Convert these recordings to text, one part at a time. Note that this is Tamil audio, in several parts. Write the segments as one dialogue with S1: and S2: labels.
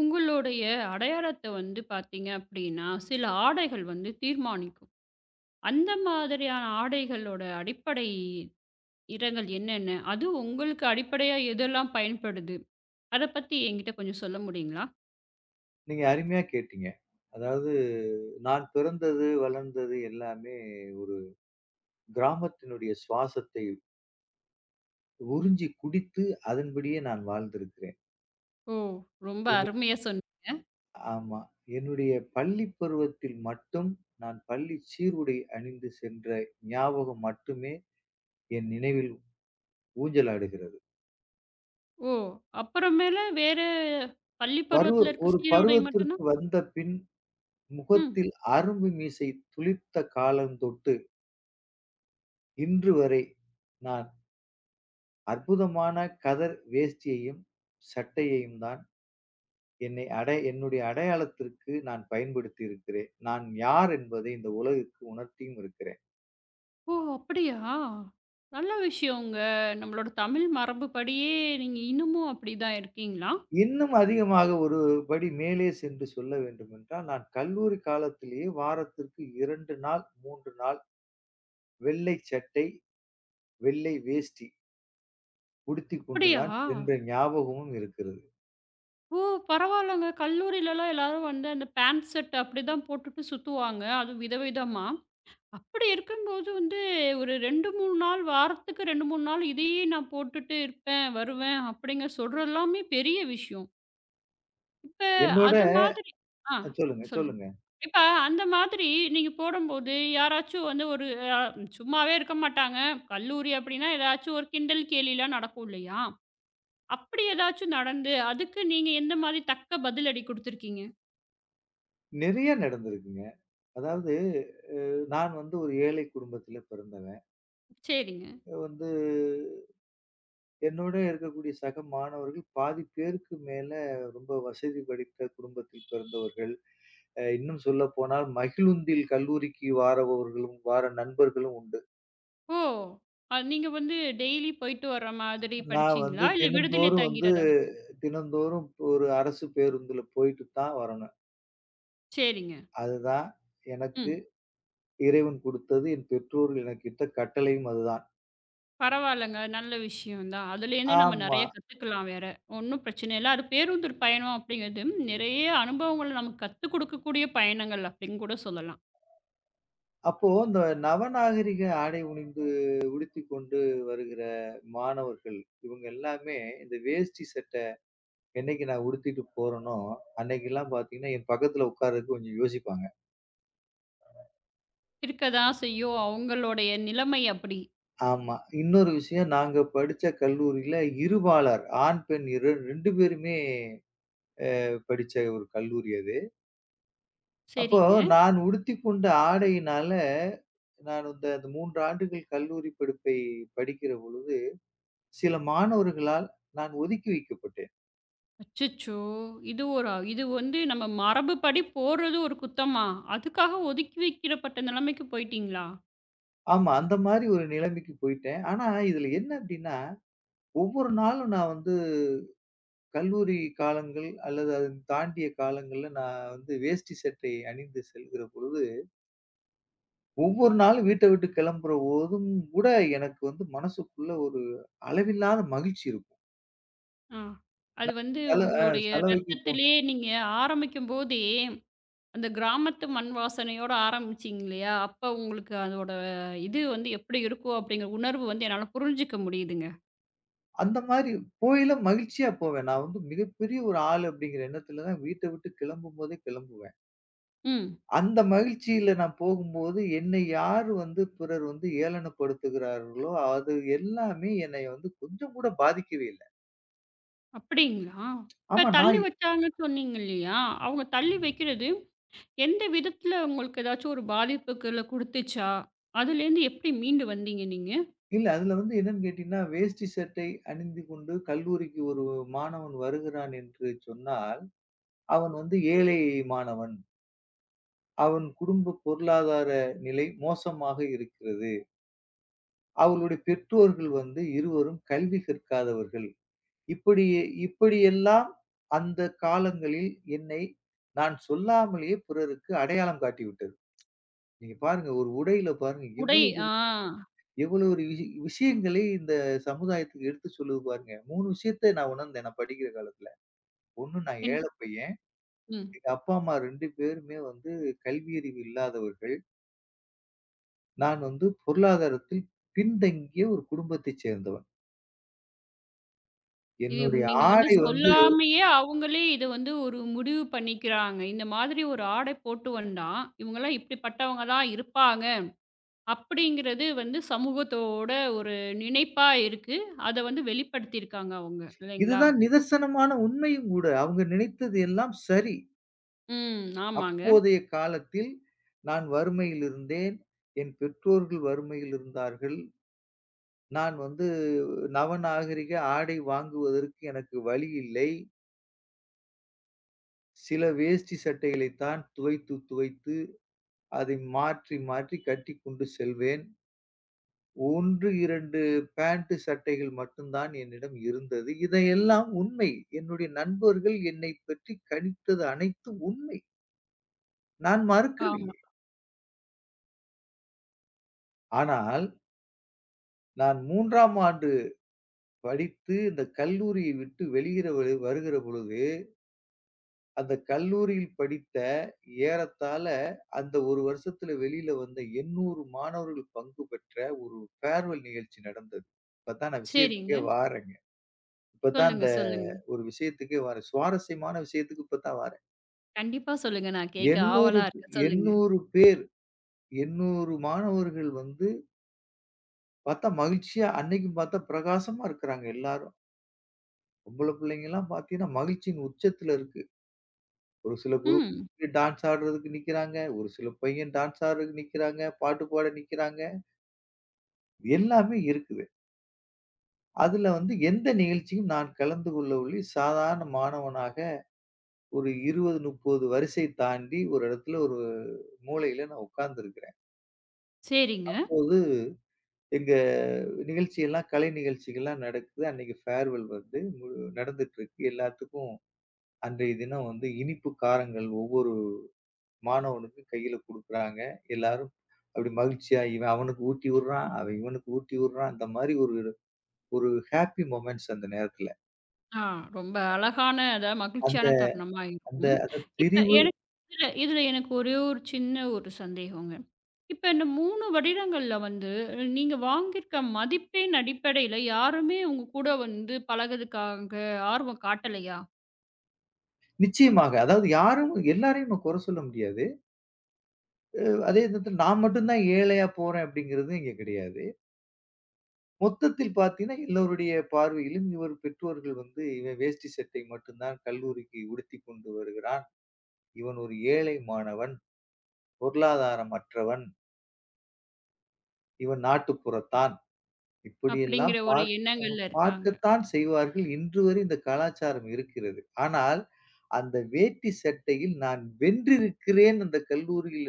S1: உங்களுடைய அடையாளத்த வந்து பார்த்தீங்க அப்டின்னா, சில ஆடைகள் வந்து தீர்மானிக்கும். அந்த மாதிரியான ஆடைகளோட அடிப்படை நிறங்கள் என்னென்ன? அதுவும் உங்களுக்கு அடிப்படையா எதெல்லாம் பயன்படுது? அத பத்தி என்கிட்ட கொஞ்சம் சொல்ல முடியுங்களா?
S2: நீங்க அருமையா கேட்டீங்க. அதாவது நான் பிறந்தது, வளர்ந்தது எல்லாமே ஒரு கிராமத்தினுடைய சுவாசத்தை உறிஞ்சி குடித்து அதன்படியே நான் வாழ்ந்திருக்கிறேன்.
S1: ஓ! ரொம்ப
S2: என்
S1: அருமையா
S2: ஆமா. என்னுடைய பள்ளி பருவத்தில் மட்டும் நான் பள்ளி சீருடை அணிந்து சென்ற ஞாபகம் மட்டுமே என் நினைவில் ஊஞ்சலாடுகிறது.
S1: ஓ! அப்புறமேல வேற பள்ளி
S2: பருவ
S1: பருவத்தில இருக்க
S2: ஒரு
S1: சீருடை மட்டும்
S2: பருவத்திற்கு
S1: தான்.
S2: வந்த பின்
S1: ம்.
S2: முகத்தில் அரும்பு மீசை துளிர்த்த காலம் தொட்டு இன்று வரை நான் அற்புதமான கதர் வேஷ்டியையும், சட்டையையும் தான் என்னை அடை என்னுடைய அடையாளத்திற்கு நான் பயன்படுத்தி இருக்கிறேன். நான் யார் என்பதை இந்த உலகுக்கு உணர்த்தியும் இருக்கிறேன்.
S1: ஓ! அப்படியா? நல்ல விஷயங்க. நம்மளோட தமிழ் மரபுப்படியே நீங்க இன்னமும் அப்படிதான் இருக்கீங்களா?
S2: இன்னும் அதிகமாக ஒரு படி மேலே சென்று சொல்ல வேண்டுமென்றால், நான் கல்லூரி காலத்திலேயே வாரத்திற்கு 2 நாள், 3 நாள் வெள்ளை சட்டை, வெள்ளை வேஷ்டி உடுத்திக் கொண்டு
S1: அப்படியா?
S2: தான் சென்ற ஞாபகமும் இருக்கிறது.
S1: ஓ! பரவால்லங்க. கல்லூரிலலாம் எல்லாரும் வந்து அந்த பேண்ட் செட் அப்படிதான் போட்டுட்டு சுத்துவாங்க. அதுவும் விதவிதமா. அப்படி இருக்கும்போது வந்து ஒரு 2, 3 நாள் வாரத்துக்கு 2, 3 நாள் இதையே நான் போட்டுட்டு இருப்பேன், வருவேன் அப்படிங்க சொல்றதெல்லாமே பெரிய விஷயம். இப்ப
S2: என்னோட
S1: அது மாதிரி ஆ
S2: சொல்லுங்க,
S1: சொல்லுங்க.
S2: சொல்லுங்க.
S1: இப்ப அந்த மாதிரி நீங்க போடும்போது யாராச்சும் வந்து ஒரு அ சும்மாவே இருக்க மாட்டாங்க. கல்லூரி அப்படின்னா ஏதாச்சும் ஒரு கிண்டல், கேலிலாம் நடக்கும் இல்லையா? அப்படி ஏதாச்சும் நடந்து, அதுக்கு நீங்க எந்த மாதிரி தக்க பதிலடி குடுத்துருக்கீங்க?
S2: நெறைய நடந்திருக்குங்க. அதாவது அ நான் வந்து ஒரு ஏழை குடும்பத்தில பிறந்தவன்.
S1: சரிங்க.
S2: வந்து என்னோட இருக்கக்கூடிய சக மாணவர்கள் பாதி பேருக்கு மேல ரொம்ப வசதி படைத்த குடும்பத்தில் பிறந்தவர்கள். இன்னும் சொல்லப்போனால் மகிழுந்தில் கல்லூரிக்கு வாரபவர்களும், வார நண்பர்களும் உண்டு.
S1: ஓ! அது நீங்க வந்து டெய்லி போயிட்டு வர மாதிரி
S2: நான் வந்து
S1: படிச்சீங்களா? இல்ல விடுதியிலே
S2: தினந்தோறும் வந்து
S1: தங்கிறதா?
S2: தினந்தோறும் ஒரு அரசு பேருந்துல போயிட்டு தான் வரணும்.
S1: சரிங்க.
S2: அதுதான் எனக்கு
S1: ம்.
S2: இறைவன் குடுத்தது. என் பெற்றோர்கள் எனக்கிட்ட கட்டளையும் அதுதான்.
S1: பரவாயில்லங்க. நல்ல விஷயம் தான். அதுலேருந்து நம்ம
S2: ஆமா.
S1: நெறைய கத்துக்கலாம் வேற. ஒண்ணும் பிரச்சனை இல்ல. அது பேருந்து பயணம் அப்படிங்கிறது நெறைய அனுபவங்கள நமக்கு கத்துக் குடுக்கக்கூடிய பயணங்கள் அப்படின்னு கூட சொல்லலாம்.
S2: அப்போ இந்த நவநாகரிக ஆடை உணிந்து உடுத்திக் கொண்டு வருகிற மாணவர்கள் இவங்க எல்லாமே இந்த வேஷ்டி சட்டை என்னைக்கு நான் உடுத்திட்டு போறேனோ அன்னைக்கெல்லாம் பார்த்தீங்கன்னா என் பக்கத்துல உட்கார்றதுக்கு கொஞ்சம் யோசிப்பாங்க.
S1: இருக்க தான் செய்யும். அவங்களுடைய நிலைமை அப்படி.
S2: ஆமா. இன்னொரு விஷயம், நாங்க படிச்ச கல்லூரியில இருபாலர் ஆண் பெண் ரெண்டு பேருமே படிச்ச ஒரு கல்லூரி அது. அப்போ
S1: சரிங்க.
S2: நான் உடுத்தி கொண்ட ஆடையினால நான் அந்த 3 ஆண்டுகள் கல்லூரி படிப்பை படிக்கிற பொழுது சில மாணவர்களால் நான் ஒதுக்கி வைக்கப்பட்டேன்.
S1: அச்சச்சோ! இது ஒரு இது வந்து நம்ம மரபுப்படி போறது ஒரு குத்தமா? அதுக்காக ஒதுக்கி வைக்கப்பட்ட நிலைமைக்கு போயிட்டீங்களா?
S2: ஆமா. அந்த மாரி ஒரு நிலைமைக்கு போயிட்டேன். ஆனா, இதுல என்ன அப்டின்னா, ஒவ்வொரு நாளும் நான் வந்து கல்லூரி காலங்கள் அல்லது அத தாண்டிய காலங்கள்ல நான் வந்து வேஷ்டி சட்டை அணிந்து செல்கிற பொழுது, ஒவ்வொரு நாளும் வீட்ட விட்டு கிளம்புற போதும் கூட எனக்கு வந்து மனசுக்குள்ள ஒரு அளவில்லாத மகிழ்ச்சி இருக்கும்.
S1: ஆ. அது
S2: நான்
S1: வந்து
S2: தல அ ஓ!
S1: உங்களுடைய
S2: சலவைக்கு போ
S1: ரத்தத்திலேயே நீங்க ஆரம்பிக்கும்போதே, அந்த கிராமத்து மண் வாசனையோட ஆரம்பிச்சீங்க இல்லையா? அப்ப உங்களுக்கு அதோட இது வந்து எப்படி இருக்கும் அப்படிங்கிற உணர்வு வந்து என்னால புரிஞ்சுக்க முடியுதுங்க.
S2: அந்த மாரி போகையில மகிழ்ச்சியா போவேன். நான் வந்து மிகப்பெரிய ஒரு ஆள் அப்டிங்கிற எண்ணத்துல தான் வீட்ட விட்டு கிளம்பும்போதே கிளம்புவேன்.
S1: ம்.
S2: அந்த மகிழ்ச்சியில நான் போகும்போது, என்னை யார் வந்து பிறர் வந்து ஏளனப்படுத்துகிறார்களோ, அது எல்லாமே என்னைய வந்து கொஞ்சம் கூட பாதிக்கவே இல்ல.
S1: அப்படிங்களா? இப்ப
S2: ஆமா,
S1: தள்ளி
S2: நான்
S1: வச்சாங்கன்னு சொன்னீங்க இல்லையா? அவங்க தள்ளி வைக்கிறது எந்த விதத்துல உங்களுக்கு ஏதாச்சும் ஒரு பாதிப்புகள குடுத்துச்சா? அதுலேருந்து எப்படி மீண்டு வந்தீங்க நீங்க?
S2: இல்ல, அதுல வந்து என்னன்னு கேட்டீங்கன்னா, வேஷ்டி சட்டை அணிந்து கொண்டு கல்லூரிக்கு ஒரு மாணவன் வருகிறான் என்று சொன்னால், அவன் வந்து ஏழை மாணவன். அவன் குடும்ப பொருளாதார நிலை மோசமாக இருக்கிறது. அவர்களுடைய பெற்றோர்கள் வந்து இருவரும் கல்வி கற்காதவர்கள். இப்படி இப்படியெல்லாம் அந்த காலங்களில் என்னை நான் சொல்லாமலேயே பிறருக்கு அடையாளம் காட்டிவிட்டது. நீங்க பாருங்க, ஒரு உடையில பாருங்க
S1: உடை ஆ.
S2: எவ்வளவு ஒரு விஷ விஷயங்களை இந்த சமுதாயத்துக்கு எடுத்து சொல்லுது பாருங்க. 3 விஷயத்த நான் உணர்ந்தேன் நான் படிக்கிற காலத்துல. 1, நான்
S1: என்
S2: ஏழை பையன்.
S1: ம்.
S2: எங்க அப்பா, அம்மா 2 பேருமே வந்து கல்வியறிவு இல்லாதவர்கள். நான் வந்து பொருளாதாரத்தில் பின்தங்கிய ஒரு குடும்பத்தைச் சேர்ந்தவன்.
S1: இது
S2: என்னுடைய
S1: நீங்க வந்து
S2: ஆடை வந்து
S1: சொல்லாமயே அவங்களே இத வந்து ஒரு முடிவு பண்ணிக்கிறாங்க. இந்த மாதிரி ஒரு ஆடை போட்டு வந்தா, இவங்கலாம் இப்படிப்பட்டவங்க தான் இருப்பாங்க. அப்படிங்கிறது வந்து சமூகத்தோட ஒரு நினைப்பா இருக்கு. அத வந்து வெளிப்படுத்தியிருக்காங்க அவங்க. இல்லைங்களா?
S2: இதுதான் நிதர்சனமான உண்மையும் கூட. அவங்க நினைத்தது எல்லாம் சரி.
S1: ம். ஆமாங்க.
S2: அப்போதைய காலத்தில் நான் வறுமையில் இருந்தேன். என் பெற்றோர்கள் வறுமையில் இருந்தார்கள். நான் வந்து நவநாகரிக ஆடை வாங்குவதற்கு எனக்கு வழி இல்லை. சில வேஷ்டி சட்டைகளைத் தான் துவைத்து, துவைத்து அதை மாற்றி, மாற்றி கட்டிக்கொண்டு செல்வேன். 1, 2 பேண்ட் சட்டைகள் மட்டும் தான் என்னிடம் இருந்தது. இதையெல்லாம் உண்மை. என்னுடைய நண்பர்கள் என்னைப் பற்றி கணித்தது அனைத்தும் உண்மை. நான்
S1: ஆமா.
S2: மறுக்கவில்லை. ஆனால் நான் 3ஆம் ஆண்டு படித்து இந்த கல்லூரியை விட்டு வெளியிற வரு வருகிற பொழுது, அந்த கல்லூரியில் படித்த ஏறத்தாழ அந்த 1 வருஷத்துல வெளியில வந்த 800 மாணவர்கள் பங்கு பெற்ற ஒரு ஃபேர்வெல் நிகழ்ச்சி நடந்தது. இப்பதான் நான்
S1: சரிங்க.
S2: விஷயத்துக்கே வாரேங்க. இப்பதான்
S1: சொல்லுங்க, சொல்லுங்க.
S2: ஒரு விஷயத்துக்கே வாரேன். சுவாரஸ்யமான விஷயத்துக்கு இப்பதான் வாரேன்.
S1: கண்டிப்பா சொல்லுங்க. நான் கேட்க
S2: 800
S1: ஆவலா இருக்கேன். சொல்லுங்க.
S2: 800 பேர் 800 மாணவர்கள் வந்து பார்த்தா மகிழ்ச்சியா, அன்னைக்கும் பார்த்தா பிரகாசமா இருக்கிறாங்க எல்லாரும். பொம்பள பிள்ளைங்கலாம் பார்த்தீங்கன்னா, மகிழ்ச்சியின் உச்சத்துல இருக்கு. ஒரு சில
S1: ம்.
S2: குரூப் டான்ஸ் ஆடுறதுக்கு நிக்கிறாங்க. ஒரு சில பையன் டான்ஸ் ஆடுறதுக்கு நிக்கிறாங்க. பாட்டு பாட நிக்கிறாங்க. எல்லாமே இருக்குது. அதுல வந்து எந்த நிகழ்ச்சியும் நான் கலந்து கொள்ளவில்லை. சாதாரண மாணவனாக ஒரு 20, 30 வரிசை தாண்டி ஒரு இடத்துல ஒரு மூலையில நான் உட்கார்ந்திருக்கிறேன்.
S1: சரிங்க.
S2: அப்போது எங்க நிகழ்ச்சி எல்லாம், கலை நிகழ்ச்சிகள்லாம் நடக்குது. அன்னைக்கு ஃபேர்வெல் வந்து நடந்துட்டு இருக்கு. எல்லாத்துக்கும் அன்றைய தினம் வந்து இனிப்பு காரங்கள் ஒவ்வொரு மாணவனுக்கு கையில குடுக்குறாங்க. எல்லாரும் அப்படி மகிழ்ச்சியா இவன் அவனுக்கு ஊட்டி விடுறான். அவன் இவனுக்கு ஊட்டி விடுறான். அந்த மாதிரி ஒரு ஒரு ஹாப்பி மொமெண்ட்ஸ் அந்த நேரத்துல.
S1: ஆ ரொம்ப அழகான, அதாவது
S2: அந்த
S1: மகிழ்ச்சியான தருணமா
S2: அந்த
S1: இருக்கும்.
S2: அந்த
S1: இப்ப
S2: பிரிவு
S1: எனக்கு இதுல இதுல எனக்கு ஒரே ஒரு சின்ன ஒரு சந்தேகங்க. இப்ப இந்த 3 வருடங்கள்ல வந்து நீங்க வாங்கியிருக்க மதிப்பெண் அடிப்படையில யாருமே உங்க கூட வந்து பழகுறதுக்காக ஆர்வம் காட்டலையா?
S2: நிச்சயமாக. அதாவது யாரும் எல்லாரையும் நம்ம குறை சொல்ல முடியாது. அ அதே நேரத்துல நான் மட்டும் தான் ஏழையா போறேன் அப்படிங்கிறது இங்க கிடையாது. மொத்தத்தில் பார்த்தீங்கன்னா, எல்லோருடைய பார்வையிலும் இவர் பெற்றோர்கள் வந்து இவன் வேஷ்டி சட்டை மட்டும்தான் கல்லூரிக்கு உடுத்திக் கொண்டு வருகிறான். இவன் ஒரு ஏழை மாணவன், பொருளாதாரமற்றவன், இவன் நாட்டுப்புறத்தான். இப்படியெல்லாம்
S1: அப்படிங்கிற ஒரு
S2: பார்க் அ
S1: எண்ணங்கள்ல இருக்காங்க.
S2: பார்க்கத்தான் செய்வார்கள். இன்று வரை இந்த கலாச்சாரம் இருக்கிறது. ஆனால், அந்த வேட்டி சட்டையில் நான் வென்றிருக்கிறேன் அந்த கல்லூரியில்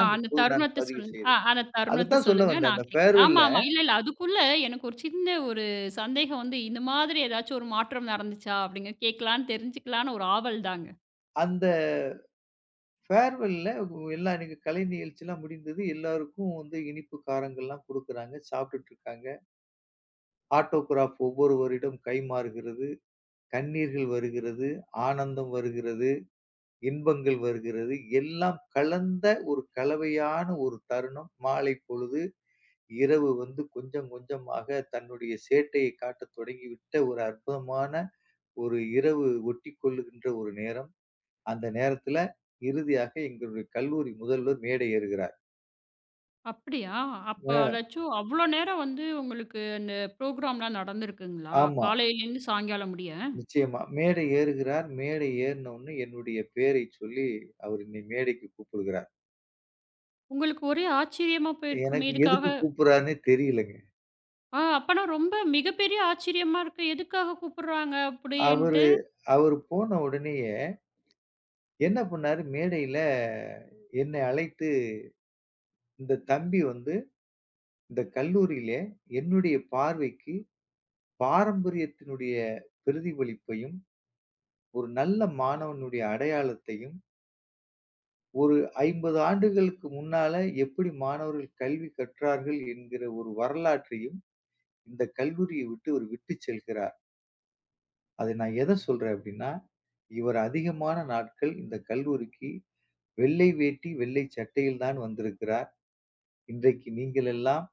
S1: ஆ அந்த
S2: இப்போது நான்
S1: தருணத்த
S2: பதிவு
S1: சொல்லுங்க. ஆ
S2: செய்தேன்.
S1: அந்த தருணத்த
S2: அதத்தான் சொல்ல
S1: சொல்லுங்க.
S2: வந்தேன்.
S1: நான் கேட்கிறேன். ஆமாமா. இல்ல, இல்ல. அதுக்குள்ள எனக்கு ஒரு சின்ன ஒரு சந்தேகம் வந்து இந்த மாதிரி ஏதாச்சும் ஒரு மாற்றம் நடந்துச்சா? அப்படிங்க கேட்கலான்னு தெரிஞ்சுக்கலான்னு ஒரு ஆவல் தாங்க.
S2: அந்த ஃபேர்வெல்ல எல்லா இன்னைக்கு கலை நிகழ்ச்சிலாம் முடிந்தது. எல்லாருக்கும் வந்து இனிப்பு காரங்கள்லாம் குடுக்குறாங்க. சாப்பிட்டுட்டு இருக்காங்க. ஆட்டோகிராப் ஒவ்வொருவரிடம் கைமாறுகிறது. கண்ணீர்கள் வருகிறது. ஆனந்தம் வருகிறது. இன்பங்கள் வருகிறது. எல்லாம் கலந்த ஒரு கலவையான ஒரு தருணம். மாலை பொழுது, இரவு வந்து கொஞ்சம் கொஞ்சமாக தன்னுடைய சேட்டையை காட்டத் தொடங்கிவிட்ட ஒரு அற்புதமான ஒரு இரவு ஒட்டிக்கொள்ளுகின்ற ஒரு நேரம். அந்த நேரத்துல இறுதியாக எங்களுடைய கல்லூரி முதல்வர் மேடை ஏறுகிறார்.
S1: அப்படியா? அப்ப
S2: அ
S1: அதாச்சும் அவ்ளோ நேரம் வந்து உங்களுக்கு அந்த ப்ரோகிராம்லாம் நடந்திருக்குங்களா?
S2: ஆமா.
S1: காலையிலேருந்து சாயங்காலம் முடிய.
S2: நிச்சயமா. மேடை ஏறுகிறார். மேடை ஏறின உடனே என்னுடைய பெயரைச் சொல்லி அவர் என்னை மேடைக்கு கூப்பிடுகிறார்.
S1: உங்களுக்கு ஒரே ஆச்சரியமா போயிருக்குமே
S2: எனக்கு
S1: இதுக்காக.
S2: எதுக்கு கூப்பிடுறாருன்னே தெரியலங்க.
S1: ஆ அப்பனா ரொம்ப மிகப்பெரிய ஆச்சரியமா இருக்கு. எதுக்காக கூப்பிடுறாங்க
S2: அவரு
S1: அப்படின்ட்டு.
S2: அவரு போன உடனேயே என்ன பண்ணாரு, மேடையில என்னை அழைத்து, "இந்த தம்பி வந்து இந்த கல்லூரியிலே என்னுடைய பார்வைக்கு பாரம்பரியத்தினுடைய பிரதிபலிப்பையும், ஒரு நல்ல மாணவனுடைய அடையாளத்தையும், ஒரு 50 ஆண்டுகளுக்கு முன்னால எப்படி மாணவர்கள் கல்வி கற்றார்கள் என்கிற ஒரு வரலாற்றையும் இந்த கல்லூரியை விட்டு இவர் விட்டுச் செல்கிறார்." அதை நான் எத சொல்றேன் அப்படின்னா, இவர் அதிகமான நாட்கள் இந்த கல்லூரிக்கு வெள்ளை வேட்டி, வெள்ளை சட்டையில் தான் வந்திருக்கிறார். இன்றைக்கு நீங்கள் எல்லாம்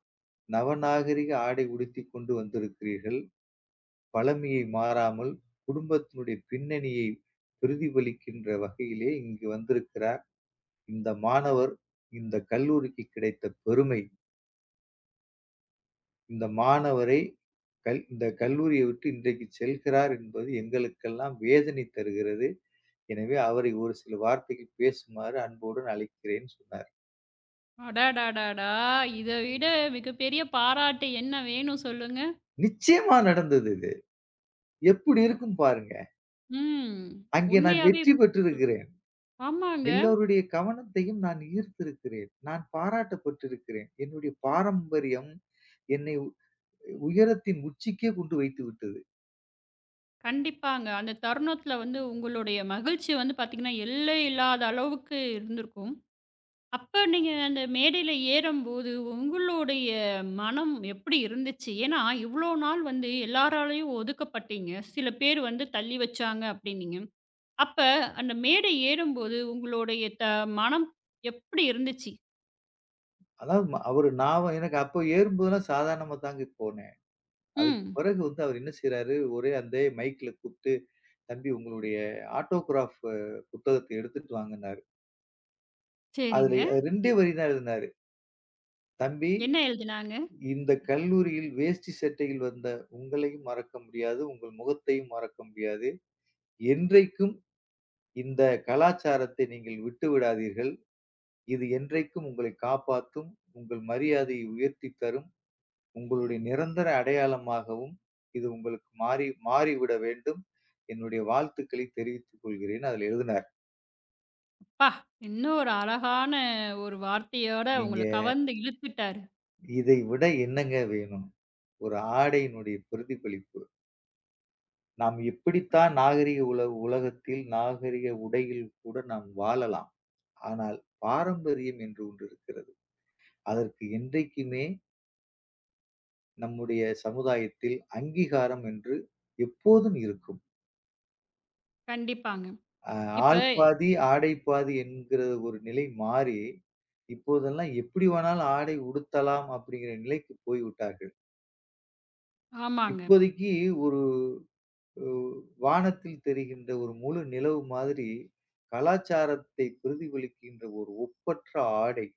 S2: நவநாகரிக ஆடை உடுத்திக் கொண்டு வந்திருக்கிறீர்கள். பழமையை மாறாமல் குடும்பத்தினுடைய பின்னணியை பிரதிபலிக்கின்ற வகையிலே இங்கு வந்திருக்கிறார். இந்த மாணவர் இந்த கல்லூரிக்கு கிடைத்த பெருமை. இந்த மாணவரை இந்த கல்லூரியை விட்டு இன்றைக்கு செல்கிறார் என்பது எங்களுக்கெல்லாம் வேதனை தருகிறது. எனவே அவரை ஒரு சில வார்த்தைகள் பேசுமாறு அன்புடன் அழைக்கிறேன்னு சொன்னார்.
S1: அடடடடா! இத விட மிகப்பெரிய பாராட்டு என்ன வேணும் சொல்லுங்க?
S2: நிச்சயமா நடந்தது இது. எப்படி இருக்கும் பாருங்க.
S1: ம்.
S2: அங்கே நான்
S1: உண்மையாவே
S2: வெற்றி
S1: இப்ப-
S2: பெற்றிருக்கிறேன்.
S1: ஆமாங்க.
S2: எல்லோருடைய கவனத்தையும் நான் ஈர்த்திருக்கிறேன். நான் பாராட்டப்பட்டிருக்கிறேன். என்னுடைய பாரம்பரியம் என்னை உயரத்தின் உச்சிக்கே கொண்டு வைத்து விட்டது.
S1: கண்டிப்பாங்க. அந்த தருணத்தில வந்து உங்களுடைய மகிழ்ச்சி வந்து பார்த்தீங்கன்னா, எல்லை இல்லாத அளவுக்கு இருந்திருக்கும். அப்ப நீங்க அந்த மேடையில ஏறும்போது, உங்களுடைய மனம் எப்படி இருந்துச்சு? ஏன்னா, இவ்ளோ நாள் வந்து எல்லாராலயும் ஒதுக்கப்பட்டீங்க. சில பேர் வந்து தள்ளி வச்சாங்க அப்டின்னீங்க. அப்ப அந்த மேடை ஏறும்போது உங்களுடைய மனம் எப்படி இருந்துச்சு?
S2: அதாவது ம அவரு நான் வ- எனக்கு அப்போ ஏறும்போதெல்லாம் சாதாரணமா தாங்க போனேன். அதுக்கு
S1: ம்.
S2: பிறகு வந்து அவர் என்ன செய்றாரு, ஒரே அந்த மைக்ல கூப்ட்டு, "தம்பி உங்களுடைய ஆட்டோகிராஃப் புத்தகத்த எடுத்துட்டு வாங்கன்னாரு."
S1: சரிங்க.
S2: அதுல 2 வரி தான் எழுதினாரு. "தம்பி,
S1: என்ன எழுதுனாங்க?
S2: இந்த கல்லூரியில் வேஷ்டி சட்டையில் வந்த உங்களையும் மறக்க முடியாது. உங்கள் முகத்தையும் மறக்க முடியாது. என்றைக்கும் இந்த கலாச்சாரத்தை நீங்கள் விட்டு விடாதீர்கள். இது என்றைக்கும் உங்களை காப்பாத்தும். உங்கள் மரியாதையை உயர்த்தித் தரும். உங்களுடைய நிரந்தர அடையாளமாகவும் இது உங்களுக்கு மாறி மாறிவிட வேண்டும். என்னுடைய வாழ்த்துக்களை தெரிவித்துக் கொள்கிறேன்." அதுல எழுதினார்.
S1: அப்பா! இன்னும் ஒரு அழகான ஒரு வார்த்தையோட
S2: நீங்க
S1: உங்கள கவர்ந்து இழுத்துட்டாரு.
S2: இதை விட என்னங்க வேணும்? ஒரு ஆடையினுடைய பிரதிபலிப்பு. நாம் எப்படித்தான் நாகரிக உலகத்தில் நாகரிக உடையில் கூட நாம் வாழலாம். ஆனால் பாரம்பரியம் என்று ஒன்று இருக்கிறது. அதற்கு என்றைக்குமே நம்முடைய சமுதாயத்தில் அங்கீகாரம் என்று எப்போதும் இருக்கும்.
S1: கண்டிப்பாங்க.
S2: அ
S1: இப்ப
S2: ஆள் பாதி, ஆடை பாதி என்கிற ஒரு நிலை மாறி, இப்போதெல்லாம் எப்படி வேணாலும் ஆடை உடுத்தலாம் அப்படிங்கிற நிலைக்கு போய்விட்டார்கள்.
S1: ஆமாங்க.
S2: இப்போதைக்கு ஒரு உ வானத்தில் தெரிகின்ற ஒரு முழு நிலவு மாதிரி, கலாச்சாரத்தை பிரதிபலிக்கின்ற ஒரு ஒப்பற்ற ஆடை,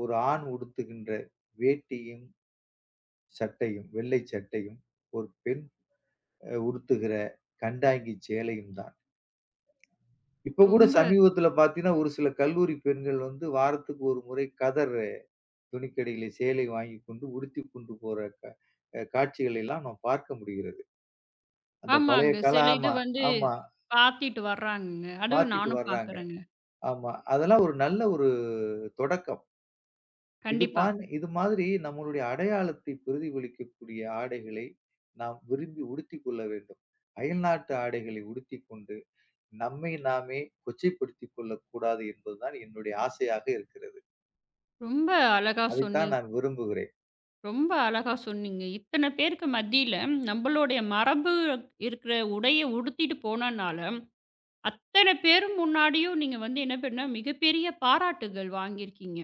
S2: ஒரு ஆண் உடுத்துகின்ற வேட்டியும், சட்டையும், வெள்ளை சட்டையும், ஒரு பெண் உடுத்துகிற கண்டாங்கி சேலையும் தான். இப்ப கூட
S1: ரொம்ப
S2: சமீபத்துல பார்த்தீங்கன்னா, ஒரு சில கல்லூரி பெண்கள் வந்து வாரத்துக்கு ஒரு முறை கதர் துணிக்கடையிலே சேலை வாங்கிக் கொண்டு உடுத்திக் கொண்டு போற கா அ காட்சிகளை எல்லாம் நாம் பார்க்க முடிகிறது. அந்த பழைய
S1: ஆமாங்க.
S2: கால
S1: சில இது
S2: ஆமா,
S1: வந்து
S2: ஆமா.
S1: பாத்திட்டு வர்றாங்கங்க. அதுவும்
S2: மாத்திட்டு
S1: நானும்
S2: வர்றாங்க.
S1: பாக்குறேங்க.
S2: ஆமா. அதெல்லாம் ஒரு நல்ல ஒரு தொடக்கம்.
S1: கண்டிப்பா.
S2: இது மாதிரி நம்மளுடைய அடையாளத்தை பிரதிபலிக்கக்கூடிய ஆடைகளை நாம் விரும்பி உடுத்திக் கொள்ள வேண்டும். அயல்நாட்டு ஆடைகளை உடுத்திக் கொண்டு நம்மை நாமே கொச்சைப்படுத்திக் கொள்ளக்கூடாது என்பதுதான் என்னுடைய ஆசையாக இருக்கிறது.
S1: ரொம்ப அழகா
S2: அதைத்தான்
S1: சொன்னீங்க.
S2: நான் விரும்புகிறேன்.
S1: ரொம்ப அழகா சொன்னீங்க. இத்தன பேருக்கு மத்தியில நம்மளுடைய மரபு இருக்கிற உடைய உடுத்திட்டு போனனால, அத்தன பேரு முன்னாடியும் நீங்க வந்து என்ன பண்ண மிகப்பெரிய பாராட்டுகள் வாங்கியிருக்கீங்க.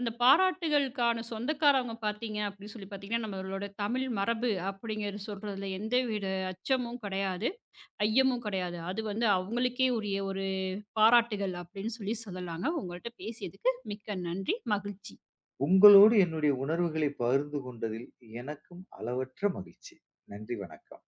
S1: அந்த பாராட்டுகளுக்கான சொந்தக்காரவங்க பார்த்தீங்க அப்படின்னு சொல்லி பார்த்தீங்கன்னா, நம்மளோட தமிழ் மரபு அப்படிங்கிறது சொல்றதுல எந்தவித அச்சமும் கிடையாது, ஐயமும் கிடையாது. அது வந்து அவங்களுக்கே உரிய ஒரு பாராட்டுகள் அப்படின்னு சொல்லி சொல்லலாங்க. உங்கள்ட்ட பேசியதுக்கு மிக்க நன்றி. மகிழ்ச்சி.
S2: உங்களோடு என்னுடைய உணர்வுகளை பகிர்ந்து கொண்டதில் எனக்கும் அளவற்ற மகிழ்ச்சி. நன்றி, வணக்கம்.